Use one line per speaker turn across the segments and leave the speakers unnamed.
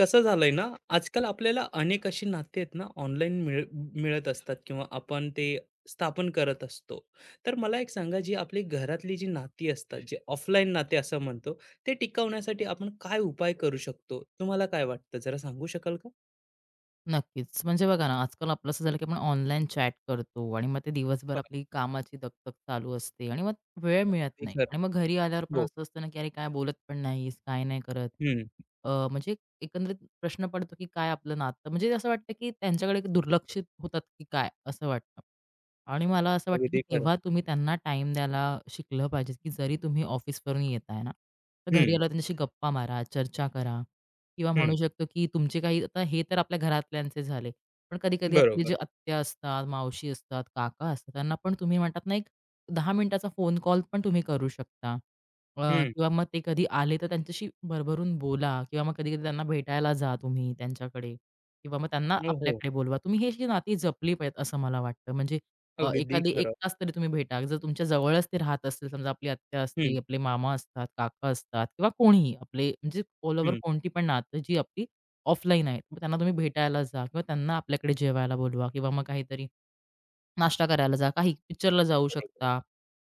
कसं झालंय ना, आजकाल आपल्याला अनेक अशी नाती आहेत ना, ऑनलाईन मिळत असतात किंवा आपण ते स्थापन करत असतो. तर मला एक सांगा, जी आपली घरातली जी नाती असतात, जे ऑफलाईन नाते असं म्हणतो, ते टिकवण्यासाठी आपण काय उपाय करू शकतो? तुम्हाला काय वाटतं? जरा सांगू शकाल का?
नक्कीच. म्हणजे बघा ना, आजकाल आपलं असं झालं, की आपण ऑनलाईन चॅट करतो आणि मग ते दिवसभर
बरोबर,
आपली कामाची दगदग चालू असते आणि मग वेळ मिळत
अगदी
नाही
खरं.
आणि मग घरी आल्यावर पण
हो.
असं असतं ना, की अरे काय बोलत पण नाहीस, काय नाही करत.
हं.
म्हणजे एकंदरीत प्रश्न पडतो, की काय आपलं नातं म्हणजे असं वाटतं, की त्यांच्याकडे दुर्लक्षित होतात, की काय असं वाटतं. आणि मला असं वाटतं, की
अगदी खरं.
तेव्हा तुम्ही त्यांना टाईम द्यायला शिकलं पाहिजे, की जरी तुम्ही ऑफिसवरून येताय ना, तर घरी
हं,
आल्यावर त्यांच्याशी गप्पा मारा, चर्चा करा किंवा
हं.
म्हणू शकतो, की तुमचे काही आता हे तर आपल्या घरातल्यांचे झाले. पण कधी-कधी आपले
बरोबर.
जे आत्या असतात, मावशी असतात, काका असतात, त्यांना पण तुम्ही म्हणतात ना, एक 10 मिनिटाचा फोन कॉल पण तुम्ही करू शकता. अ,
हं.
किंवा मग ते कधी आले, तर त्यांच्याशी भरभरून बोला किंवा मग कधी-कधी त्यांना भेटायला जा तुम्ही त्यांच्याकडे किंवा मग त्यांना
हो, हो.
आपल्याकडे बोलवा. तुम्ही हे जी नाती जपली पाहिजेत असं मला वाटतं. म्हणजे
अगदी
एखादी 1
खरं.
तास तरी तुम्ही भेटा. जर तुमच्या जवळच ते राहत असतील, समजा आपली आत्या
हं,
असते, आपले मामा असतात, काका असतात किंवा कोणीही आपले म्हणजे ऑल ओव्हर
हं.
कोणती पण नातं जी आपली ऑफलाईन आहेत. मग त्यांना तुम्ही भेटायला जा किंवा त्यांना आपल्याकडे जेवायला बोलवा किंवा मग काहीतरी नाश्ता करायला जा, काही पिक्चरला जाऊ
बरोबर.
शकता.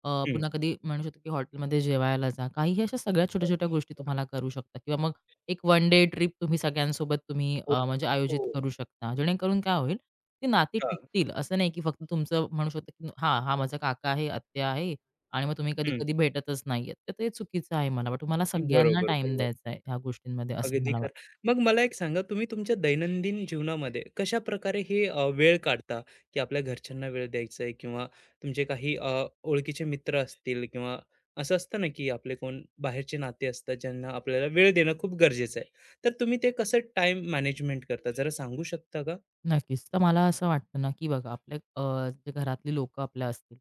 हं.
पुन्हा कधी म्हणू शकतो, की हॉटेलमध्ये जेवायला जा. काहीही अशा सगळ्या छोट्या-छोट्या गोष्टी तुम्हाला करू शकता किंवा मग एक वन डे ट्रिप तुम्ही सगळ्यांसोबत तुम्ही
हो,
म्हणजे
हो.
आयोजित करू शकता. जेणेकरून काय होईल, ती नाती
हां.
टिकतील. असं नाही, की फक्त तुमचं म्हणू शकतो, की हां, हा माझा काका आहे, आत्या आहे आणि मग तुम्ही
हं.
कधी-कधी भेटतच नाहीयेत. तर ते चुकीचं आहे मला वाटतं. तुम्हाला सगळ्यांना
बरोबर
टाईम
बोललात.
द्यायचा आहे ह्या गोष्टींमध्ये असं
अगदी
मला वाटतं.
खरं. मग मला एक सांगा, तुम्ही तुमच्या दैनंदिन जीवनामध्ये कशाप्रकारे हे वेळ काढता, की आपल्या घरच्यांना वेळ द्यायचा आहे किंवा तुमचे काही ओळखीचे मित्र असतील किंवा असं असतं ना, की आपले कोण बाहेरचे नाते असतात, ज्यांना आपल्याला वेळ देणं खूप गरजेचं आहे. तर तुम्ही ते कसं टाईम मॅनेजमेंट करता, जरा सांगू शकता का?
नक्कीच. तर मला असं वाटतं ना, की बघा आपले जे घरातली लोकं आपल्या असतील.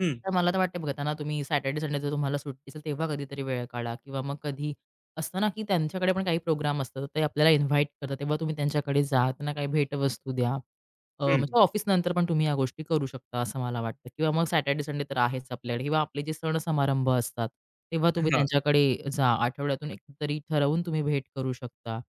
हं,
तर मला तर वाटते बघा त्यांना तुम्ही सॅटर्डे, संडे जर तुम्हाला सुट्टी असेल तेव्हा कधीतरी वेळ काढा किंवा मग कधी असतं ना, की त्यांच्याकडे पण काही प्रोग्राम असतात. तर ते आपल्याला इन्व्हाईट करतात. तेव्हा तुम्ही त्यांच्याकडे जा, त्यांना काही भेटवस्तू द्या.
हं.
म्हणजे ऑफिसनंतर पण तुम्ही या गोष्टी करू शकता असं मला वाटतं किंवा मग सॅटर्डे, संडे तर आहेच आपल्याकडे किंवा आपले जे सण समारंभ असतात, तेव्हा तुम्ही
हां,
त्यांच्याकडे जा. आठवड्यातून एकदा तरी ठरवून तुम्ही भेट करू शकता.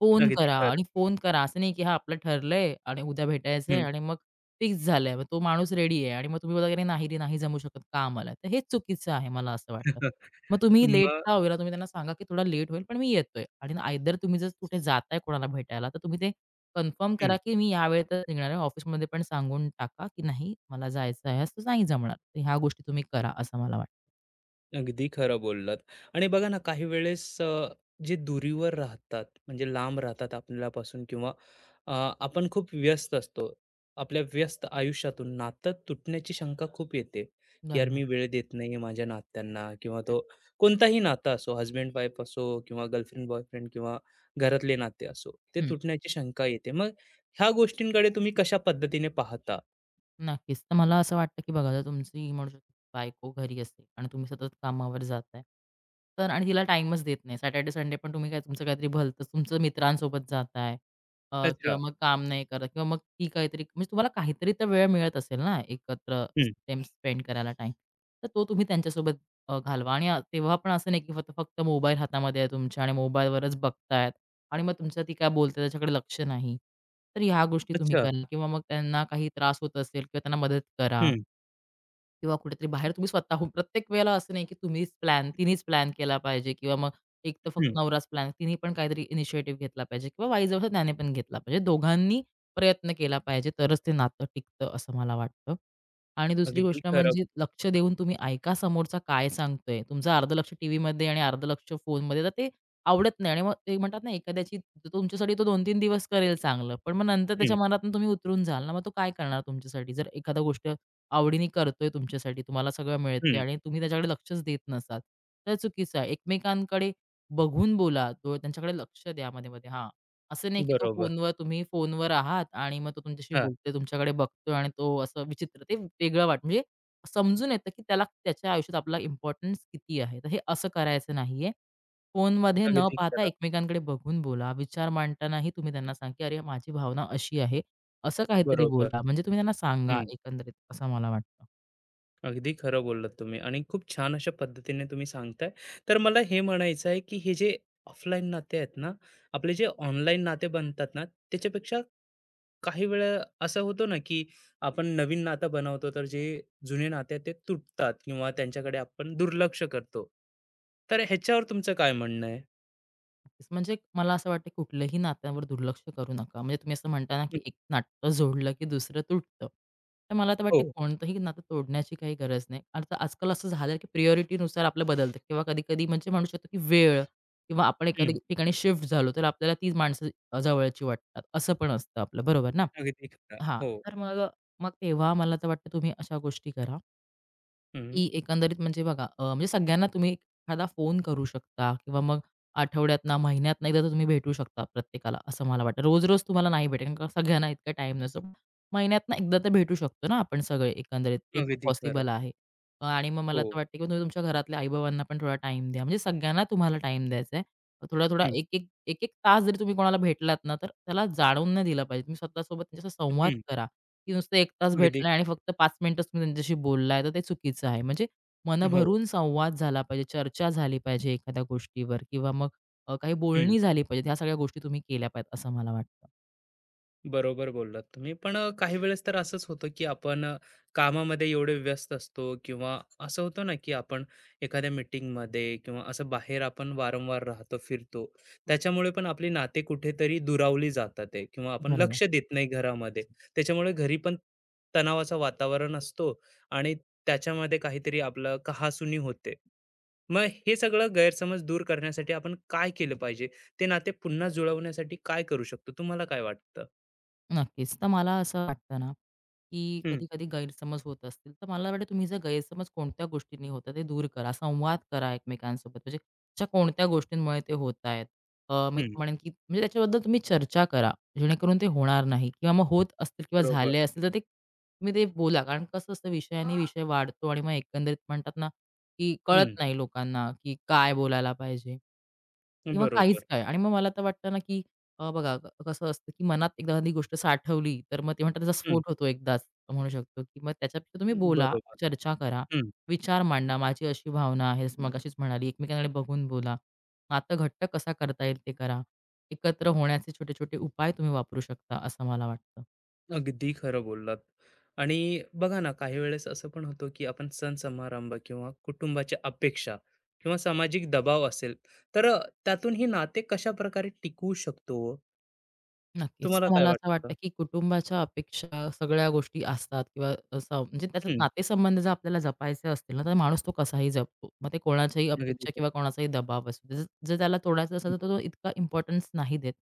फोन
अगदी
करा आणि
खरं.
फोन करा. असं नाही, की "हां, आपलं ठरलंय आणि उद्या भेटायचंय"
हं.
आणि मग फिक्स झालंय. मग तो माणूस रेडी आहे आणि मग तुम्ही बोलता, की "नाही रे, नाही जमू शकत का आम्हाला?" तर हे चुकीचं आहे मला असं वाटतं. मग तुम्ही लेट
मग
का होईना, तुम्ही त्यांना सांगा, की "थोडा लेट होईल, पण मी येतोय." आणि आयदर तुम्ही जर कुठे जाताय कोणाला भेटायला, तर तुम्ही ते कन्फर्म करा,
हं.
की "मी या वेळेतच निघणार आहे." ऑफिसमध्ये पण सांगून टाका, की "नाही, मला जायचं आहे, आज नाही जमणार." तर ह्या गोष्टी तुम्ही करा असं मला वाटतं.
अगदी खरं बोललात. आणि बघा ना, काही वेळेस जे दुरीवर राहतात, म्हणजे लांब राहतात आपल्यापासून किंवा अ, आपण खूप व्यस्त असतो. आपल्या व्यस्त आयुष्यातून नातं तुटण्याची शंका खूप येते, की यार
बरोबर.
मी वेळ देत नाहीये माझ्या नात्यांना किंवा
हं,
तो कोणताही नातं असो, हसबँड-वाईफ असो किंवा गर्लफ्रेंड-बॉयफ्रेंड किंवा घरातले नाते असो, ते
हं.
तुटण्याची शंका येते. मग ह्या गोष्टींकडे तुम्ही कशा पद्धतीने पाहता?
नक्कीच. तर मला असं वाटतं, की बघा जर तुमची म्हणू शकतो बायको घरी असते आणि तुम्ही सतत कामावर जाताय. तर आणि तिला टाईमच देत नाही. सॅटर्डे, संडे पण तुम्ही काय तुमचं काहीतरी भलतंच तुमचं मित्रांसोबत जाताय
अच्छा.
किंवा मग काम नाही करत किंवा मग ती काहीतरी म्हणजे तुम्हाला काहीतरी तर वेळ मिळत असेल ना, एकत्र
हं.
टाईम स्पेंड करायला टाईम. तर तो तुम्ही त्यांच्यासोबत घालवा आणि तेव्हा पण असं नाही, की फक्त फक्त मोबाईल हातामध्ये आहे तुमच्या आणि मोबाईलवरच बघतायत. आणि मग तुमचं ती काय बोलते त्याच्याकडे लक्ष नाही. तर ह्या गोष्टी तुम्ही
अच्छा.
करा किंवा मग त्यांना काही त्रास होत असेल किंवा त्यांना मदत करा.
हं,
किंवा कुठेतरी बाहेर तुम्ही स्वतःहून प्रत्येक वेळेला असं नाही, की तुम्हीच प्लॅन तिनेच प्लॅन केला पाहिजे किंवा मग एक तर फक्त
हं.
नवराच प्लॅन तिने पण काहीतरी इनिशिएटिव्ह घेतला पाहिजे किंवा वाईज वर्सा त्याने पण घेतला पाहिजे. दोघांनी प्रयत्न केला पाहिजे तरच ते नातं टिकतं असं मला वाटतं. आणि दुसरी
अगदी
गोष्ट
खरं.
म्हणजे लक्ष देऊन तुम्ही ऐका समोरचा काय सांगतोय. तुमचं अर्धं लक्ष टीव्हीमध्ये आणि अर्धं लक्ष फोनमध्ये तर ते आवडत नाही आणि मग ते म्हणतात ना एखाद्याची तो तुमच्यासाठी तो 2-3 दिवस करेल चांगलं. पण मग नंतर
हं,
त्याच्या मनातून तुम्ही उतरून जाल ना, मग तो काय करणार तुमच्यासाठी? जर एखादा गोष्ट आवडीने करतोय तुमच्यासाठी, तुम्हाला सगळं मिळतंय
हं.
आणि तुम्ही त्याच्याकडे लक्षच देत नसाल, तर चुकीचं आहे. एकमेकांकडे बघून बोला, डोळे त्यांच्याकडे लक्ष द्या मध्ये-मध्ये. हां, असं नाही की तो
बरोबर.
फोनवर तुम्ही फोनवर आहात आणि मग तो तुमच्याशी
हां,
बोलतोय, तुमच्याकडे बघतोय आणि तो असं विचित्र ते वेगळं वाट म्हणजे समजून येतं की त्याला त्याच्या आयुष्यात आपला इम्पोर्टन्स किती आहे. तर हे असं करायचं नाहीये. फोनमध्ये न
अगदी
पाहता
खरं.
एकमेकांकडे बघून बोला. विचार मांडतानाही तुम्ही त्यांना सांगा, की "अरे, माझी भावना अशी आहे." असं काहीतरी
बरोबर.
बोला, म्हणजे तुम्ही त्यांना सांगा
हं,
एकंदरीत असं मला वाटतं.
अगदी खरं बोललात तुम्ही आणि खूप छान अशा पद्धतीने तुम्ही सांगताय. तर मला हे म्हणायचं आहे, की हे जे ऑफलाईन नाते आहेत ना, आपले जे ऑनलाईन नाते बनतात ना, त्याच्यापेक्षा काही वेळा असं होतं ना, की आपण नवीन नातं बनवतो, तर जे जुने नाते आहेत ते तुटतात किंवा त्यांच्याकडे आपण दुर्लक्ष करतो. तर ह्याच्यावर तुमचं काय म्हणणं आहे?
नक्कीच, म्हणजे मला असं वाटतं कुठल्याही नात्यांवर दुर्लक्ष करू नका. म्हणजे तुम्ही असं म्हणता ना, की
हं,
एक नातं जोडलं की दुसरं तुटतं. तर मला तर वाटतं
हो.
कोणतंही नातं तोडण्याची काही गरज नाही. आता आजकाल असं झालं की प्रायोरिटीनुसार आपलं बदलतं किंवा कधी-कधी म्हणजे म्हणू शकतो की वेळ किंवा आपण एखाद्या
हं,
ठिकाणी शिफ्ट झालो, तर आपल्याला तीच माणसं जवळची वाटतात. असं पण असतं आपलं, बरोबर ना?
अगदी खरं.
हां,
हो.
तर मग मग तेव्हा मला तर वाटतं तुम्ही अशा गोष्टी करा.
हं,
की एकंदरीत म्हणजे बघा म्हणजे सगळ्यांना तुम्ही एखादा फोन करू शकता किंवा मग आठवड्यातनं, महिन्यातनं एकदा तर तुम्ही भेटू शकता प्रत्येकाला, असं मला वाटतं. रोज-रोज तुम्हाला नाही भेटेल, कारण का सगळ्यांना इतका टाइम नसतो. महिन्यातनं एकदा तर भेटू शकतो ना आपण सगळे एकंदरीत, ते तर
अगदी
पॉसिबल
खरं.
आहे. आणि मग मला
हो.
तर वाटतं की तुम्ही तुमच्या घरातल्या आई पण थोडा टाईम द्या. म्हणजे सगळ्यांना तुम्हाला टाईम द्यायचा आहे. थोडा-थोडा,
हं,
एक-एक, एक-एक तास जरी तुम्ही कोणाला भेटलात ना, तर त्याला जाणवून नाही दिला पाहिजे. तुम्ही स्वतःसोबत त्यांच्याशी संवाद
हं.
करा. की नुसतं 1 तास
अगदी
भेटलाय आणि
खरं.
फक्त 5 मिनिटच तुम्ही त्यांच्याशी बोललाय, तर ते चुकीचं आहे. म्हणजे मन
हो.
भरून संवाद झाला पाहिजे, चर्चा झाली पाहिजे एखाद्या गोष्टीवर किंवा मग काही
हं.
बोलणी झाली पाहिजे. ह्या सगळ्या गोष्टी तुम्ही केल्या पाहिजेत असं मला वाटतं.
बरोबर बोललात तुम्ही. पण काही वेळेस तर असंच होतं, की आपण कामामध्ये एवढे व्यस्त असतो किंवा असं होतं ना, की आपण एखाद्या मीटिंगमध्ये किंवा असं बाहेर आपण वारंवार राहतो, फिरतो.
हं.
त्याच्यामुळे पण आपली नाते कुठेतरी दुरावली जातात आहे किंवा आपण
बरोबर.
लक्ष देत नाही घरामध्ये. त्याच्यामुळे घरी पण तणावाचं वातावरण असतो आणि त्याच्यामध्ये काहीतरी आपलं कहासुनी होते. मग हे सगळं गैरसमज दूर करण्यासाठी आपण काय केलं पाहिजे? ते नाते पुन्हा जुळवण्यासाठी काय करू शकतो? तुम्हाला काय वाटतं?
नक्कीच. तर मला असं वाटतं ना की
हं,
कधी-कधी गैरसमज होत असतील. तर मला वाटतं तुम्ही जर गैरसमज कोणत्या गोष्टींनी होतं ते दूर करा. संवाद करा एकमेकांसोबत. म्हणजे अशा कोणत्या गोष्टींमुळे ते होत आहेत. मी
हं.
तर म्हणेन की म्हणजे त्याच्याबद्दल तुम्ही चर्चा करा. जेणेकरून ते होणार नाही किंवा मग होत असतील किंवा
बरोबर.
झाले असतील तर ते तुम्ही ते बोला. कारण कसं असतं विषयाने विषय वाढतो आणि मग एकंदरीत म्हणतात ना, की कळत
हं,
नाही लोकांना की काय बोलायला पाहिजे? किंवा काहीच
बरोबर.
काय आणि मग मला तर वाटतं ना, की बघा कसं असतं, की मनात एकदा एखादी गोष्ट साठवली, तर मग ते म्हणतात त्याचा
हं,
स्फोट होतो एकदाच म्हणू शकतो, की मग त्याच्यापेक्षा तुम्ही बोला,
बरोबर.
चर्चा करा,
हं.
विचार मांडा. माझी अशी भावना आहे, जसं मगाशीच म्हणाली, एकमेकांकडे बघून बोला. नातं घट्ट कसा करता येईल ते करा. एकत्र होण्याचे छोटे-छोटे उपाय तुम्ही वापरू शकता, असं मला वाटतं.
अगदी खरं बोललात. आणि बघा ना, काही वेळेस असं पण होतं, की आपण सण समारंभ किंवा कुटुंबाच्या अपेक्षा किंवा सामाजिक दबाव असेल, तर त्यातून हे नाते कशाप्रकारे टिकवू शकतो ओ?
नक्कीच.
तुम्हाला
तर
काय
मला असं वाटतं,
वाटतं?
की कुटुंबाच्या अपेक्षा सगळ्या गोष्टी असतात किंवा असं म्हणजे त्याच्यात
हं,
नातेसंबंध जर आपल्याला जपायचे असतील ना, तर माणूस तो कसाही जपतो. मग ते कोणाच्याही
अगदी
अपेक्षा किंवा
खरं.
कोणाचाही दबाव असतो. जर जर त्याला तोडायचं असेल, तर तो इतका इम्पोर्टन्स नाही देत.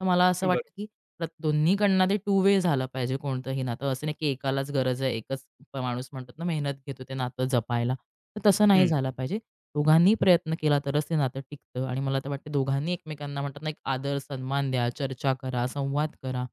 तर मला असं
हं,
वाटतं,
बरोबर.
की प्रत दोन्हीकडनं ते टू वे झालं पाहिजे कोणतंही नातं. असं नाही, की एकालाच गरज आहे, एकच माणूस म्हणतात ना, मेहनत घेतो ते नातं जपायला. तर तसं नाही
हं,
झालं पाहिजे. दोघांनी प्रयत्न केला तरच ते नातं टिकतं आणि मला तर वाटतं दोघांनी एकमेकांना म्हणतात ना, एक आदर, सन्मान द्या, चर्चा करा, संवाद करा.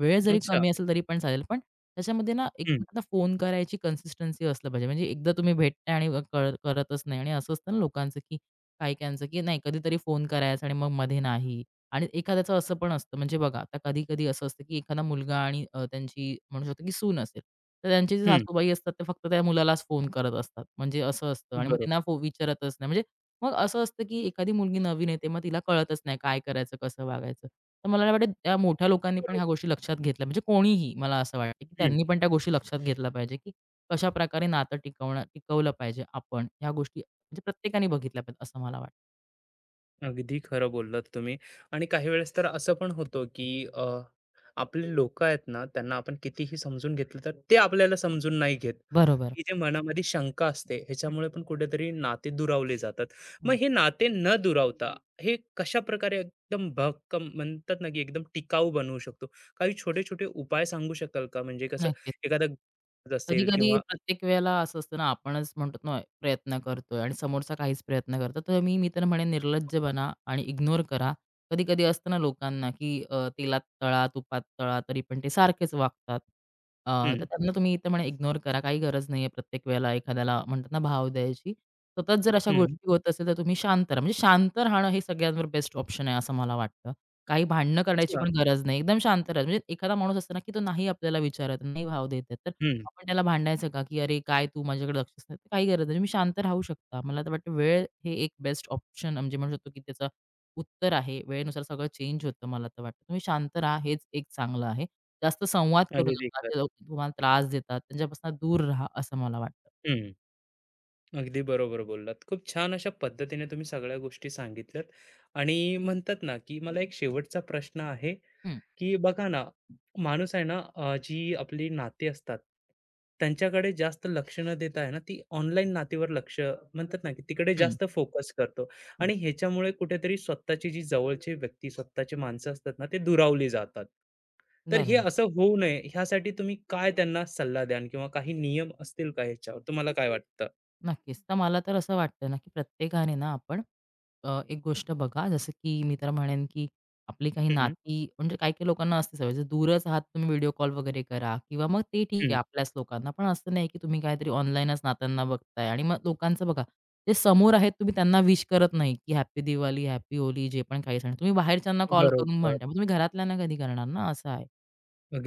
वेळ जरी
अच्छा.
कमी असेल तरी पण चालेल, पण त्याच्यामध्ये ना एक
हं,
म्हणतात ना, फोन करायची कन्सिस्टन्सी असलं पाहिजे. म्हणजे एकदा तुम्ही भेटताय आणि करतच नाही आणि असं असतं ना लोकांचं, की काही काहींचं, की नाही कधीतरी फोन करायचा आणि मग मध्ये नाही. आणि एखाद्याचं असं पण असतं म्हणजे बघा, आता कधी-कधी असं असतं, की एखादा मुलगा आणि त्यांची म्हणू शकतो, की सून असेल. तर त्यांचे जे
हं.
सासूबाई असतात, ते फक्त त्या मुलालाच फोन करत असतात. म्हणजे असं असतं आणि मग
बरोबर,
त्यांना विचारतच नाही. म्हणजे मग असं असतं, की एखादी मुलगी नवीन येते, मग तिला कळतच नाही काय करायचं, कसं वागायचं. तर मला वाटतं त्या मोठ्या लोकांनी पण
बरोबर.
ह्या गोष्टी लक्षात घेतल्या म्हणजे कोणीही मला असं वाटतं, की त्यांनी पण त्या गोष्टी लक्षात घेतल्या पाहिजे, की कशाप्रकारे नातं टिकवणं टिकवलं पाहिजे आपण. ह्या गोष्टी म्हणजे प्रत्येकाने बघितल्या पाहिजेत असं मला वाटतं.
अगदी खरं बोललात तुम्ही आणि काही वेळेस तर असं पण होतं की अ, आपले लोक आहेत ना त्यांना आपण कितीही समजून घेतलं तर ते आपल्याला समजून नाही घेत
बरोबर.
ही जे मनामध्ये शंका असते ह्याच्यामुळे पण कुठेतरी नाते दुरावले जातात मग
हं,
हे नाते न दुरावता हे कशा प्रकारे एकदम भक्कम म्हणतात ना की एकदम टिकाऊ बनवू शकतो काही छोटे छोटे उपाय सांगू शकाल का म्हणजे कसं
नक्कीच.
एखादा असेल
कधी-कधी
किंवा
प्रत्येक वेळेला असं असतं ना, आपणच म्हणतो ना, प्रयत्न करतोय आणि समोरचा काहीच प्रयत्न करतो. तर मी मी तर म्हणेन निर्लज्ज बना आणि इग्नोर करा. कधी-कधी असतं ना लोकांना, की तेलात तळा, तुपात तळा, तरी पण ते सारखेच वागतात. अ, तर
हम्म
त्यांना तुम्ही इथं म्हणा इग्नोर करा. काही गरज नाहीये प्रत्येक वेळेला एखाद्याला म्हणतात ना भाव द्यायची. सतत जर अशा
हम्म
गोष्टी होत असेल, तर तुम्ही शांत राहा. म्हणजे शांत राहणं हे सगळ्यांवर बेस्ट ऑप्शन आहे असं मला वाटतं. काही भांडणं करण्याची
अच्छा
पण गरज नाही. एकदम शांत राहा. म्हणजे एखादा माणूस असतो ना, की तो नाही आपल्याला विचारत, नाही भाव देत आहे. तर
हम्म
आपण त्याला भांडायचं का, की "अरे काय तू माझ्याकडे लक्षच नाही." काही गरज नाही. तुम्ही शांत राहू शकता. मला तर वाटतं वेळ हे एक बेस्ट ऑप्शन म्हणजे म्हणू शकतो, की त्याचं उत्तर आहे. वेळेनुसार सगळं चेंज होतं मला तर वाटतं. तुम्ही शांत राहा हेच एक चांगलं आहे. जास्त संवाद करू
अगदी
नका. जे
खरं
लोक तुम्हाला त्रास देतात त्यांच्यापासून दूर राहा असं मला वाटतं.
हम्म अगदी बरोबर बोललात. खूप छान अशा पद्धतीने तुम्ही सगळ्या गोष्टी सांगितल्यात आणि म्हणतात ना, की मला एक शेवटचा प्रश्न आहे,
हं,
की बघा ना, माणूस आहे ना, जी आपली नाती असतात, त्यांच्याकडे जास्त लक्ष न देता आहे ना, ती ऑनलाईन नातीवर लक्ष म्हणतात ना, की तिकडे
हं,
जास्त फोकस करतो
हं.
आणि ह्याच्यामुळे कुठेतरी स्वतःची जी जवळची व्यक्ती, स्वतःची माणसं असतात ना, ते दुरावली जातात. तर हे
बरोबर.
असं होऊ नये ह्यासाठी तुम्ही काय त्यांना सल्ला द्याल किंवा काही नियम असतील का ह्याच्यावर? तुम्हाला काय वाटतं?
नक्कीच. तर मला तर असं वाटतं ना, की प्रत्येकाने ना आपण एक गोष्ट बघा, जसं की मी तर म्हणेन, की आपली काही नाती म्हणजे काही-काही लोकांना असते सवय, जर दूरच आहात तुम्ही व्हिडिओ कॉल वगैरे करा किंवा मग ते ठीक
हं,
आहे आपल्याच लोकांना. पण असं नाही, की तुम्ही काहीतरी ऑनलाईनच नात्यांना बघताय आणि मग लोकांचं बघा, ते समोर आहेत तुम्ही त्यांना विश करत नाही, की हॅपी दिवाळी, हॅपी होली जे पण काही सण तुम्ही बाहेरच्यांना कॉल करून
बरोबर.
म्हणताय. मग तुम्ही घरातल्यांना कधी करणार ना, असं आहे.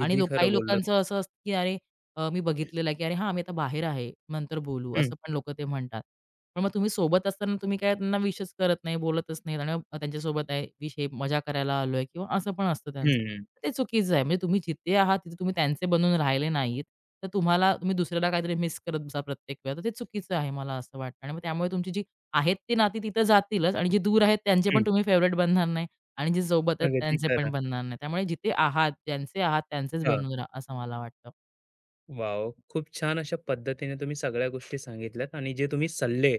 आणि लोक
खरं
काही
बोललात.
लोकांचं असं असतं, की अरे मी बघितलेलं आहे, की "अरे हां, आम्ही आता बाहेर आहे, नंतर बोलू."
हं,
असं पण लोकं ते म्हणतात. पण मग तुम्ही सोबत असताना तुम्ही काय त्यांना विशच करत नाही, बोलतच नाही आणि मग त्यांच्यासोबत आहे विष हे मजा करायला आलोय किंवा असं पण असतं त्यांचं.
हं,
ते चुकीचं आहे. म्हणजे तुम्ही जिथे आहात तिथे तुम्ही त्यांचे बनून राहिले नाहीत. तर तुम्हाला तुम्ही दुसऱ्याला काहीतरी मिस करत बसा प्रत्येक वेळा, तर ते चुकीचं आहे मला असं वाटतं आणि मग त्यामुळे तुमची जी आहेत ती नाती तिथं जातीलच आणि जी दूर आहेत त्यांचे पण
हं.
तुम्ही फेव्हरेट बनणार नाही. आणि जे सोबत आहेत
अगदी
त्यांचे पण
खरं.
बनणार नाही. त्यामुळे जिथे आहात, ज्यांचे आहात त्यांचेच
हां.
बनून राहा, असं मला वाटतं.
वाव खूप छान अशा पद्धतीने तुम्ही सगळ्या गोष्टी सांगितल्यात आणि जे तुम्ही सल्ले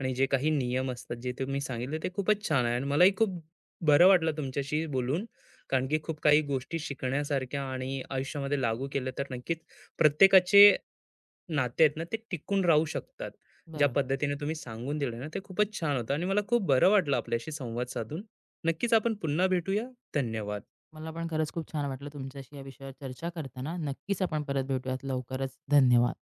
आणि जे काही नियम असतात, जे तुम्ही सांगितले ते खूपच छान आहे आणि मलाही खूप बरं वाटलं तुमच्याशी बोलून. कारण की खूप काही गोष्टी शिकण्यासारख्या आणि आयुष्यामध्ये लागू केल्या तर नक्कीच प्रत्येकाचे नाते आहेत ना, ते टिकून राहू शकतात. ज्या
बरोबर.
पद्धतीने तुम्ही सांगून दिलं ना, ते खूपच छान होतं आणि मला खूप बरं वाटलं आपल्याशी संवाद साधून. नक्कीच आपण पुन्हा भेटूया. धन्यवाद.
मला पण खरंच खूप छान वाटलं तुमच्याशी या विषयावर चर्चा करताना. नक्कीच आपण परत भेटूयात लवकरच. धन्यवाद.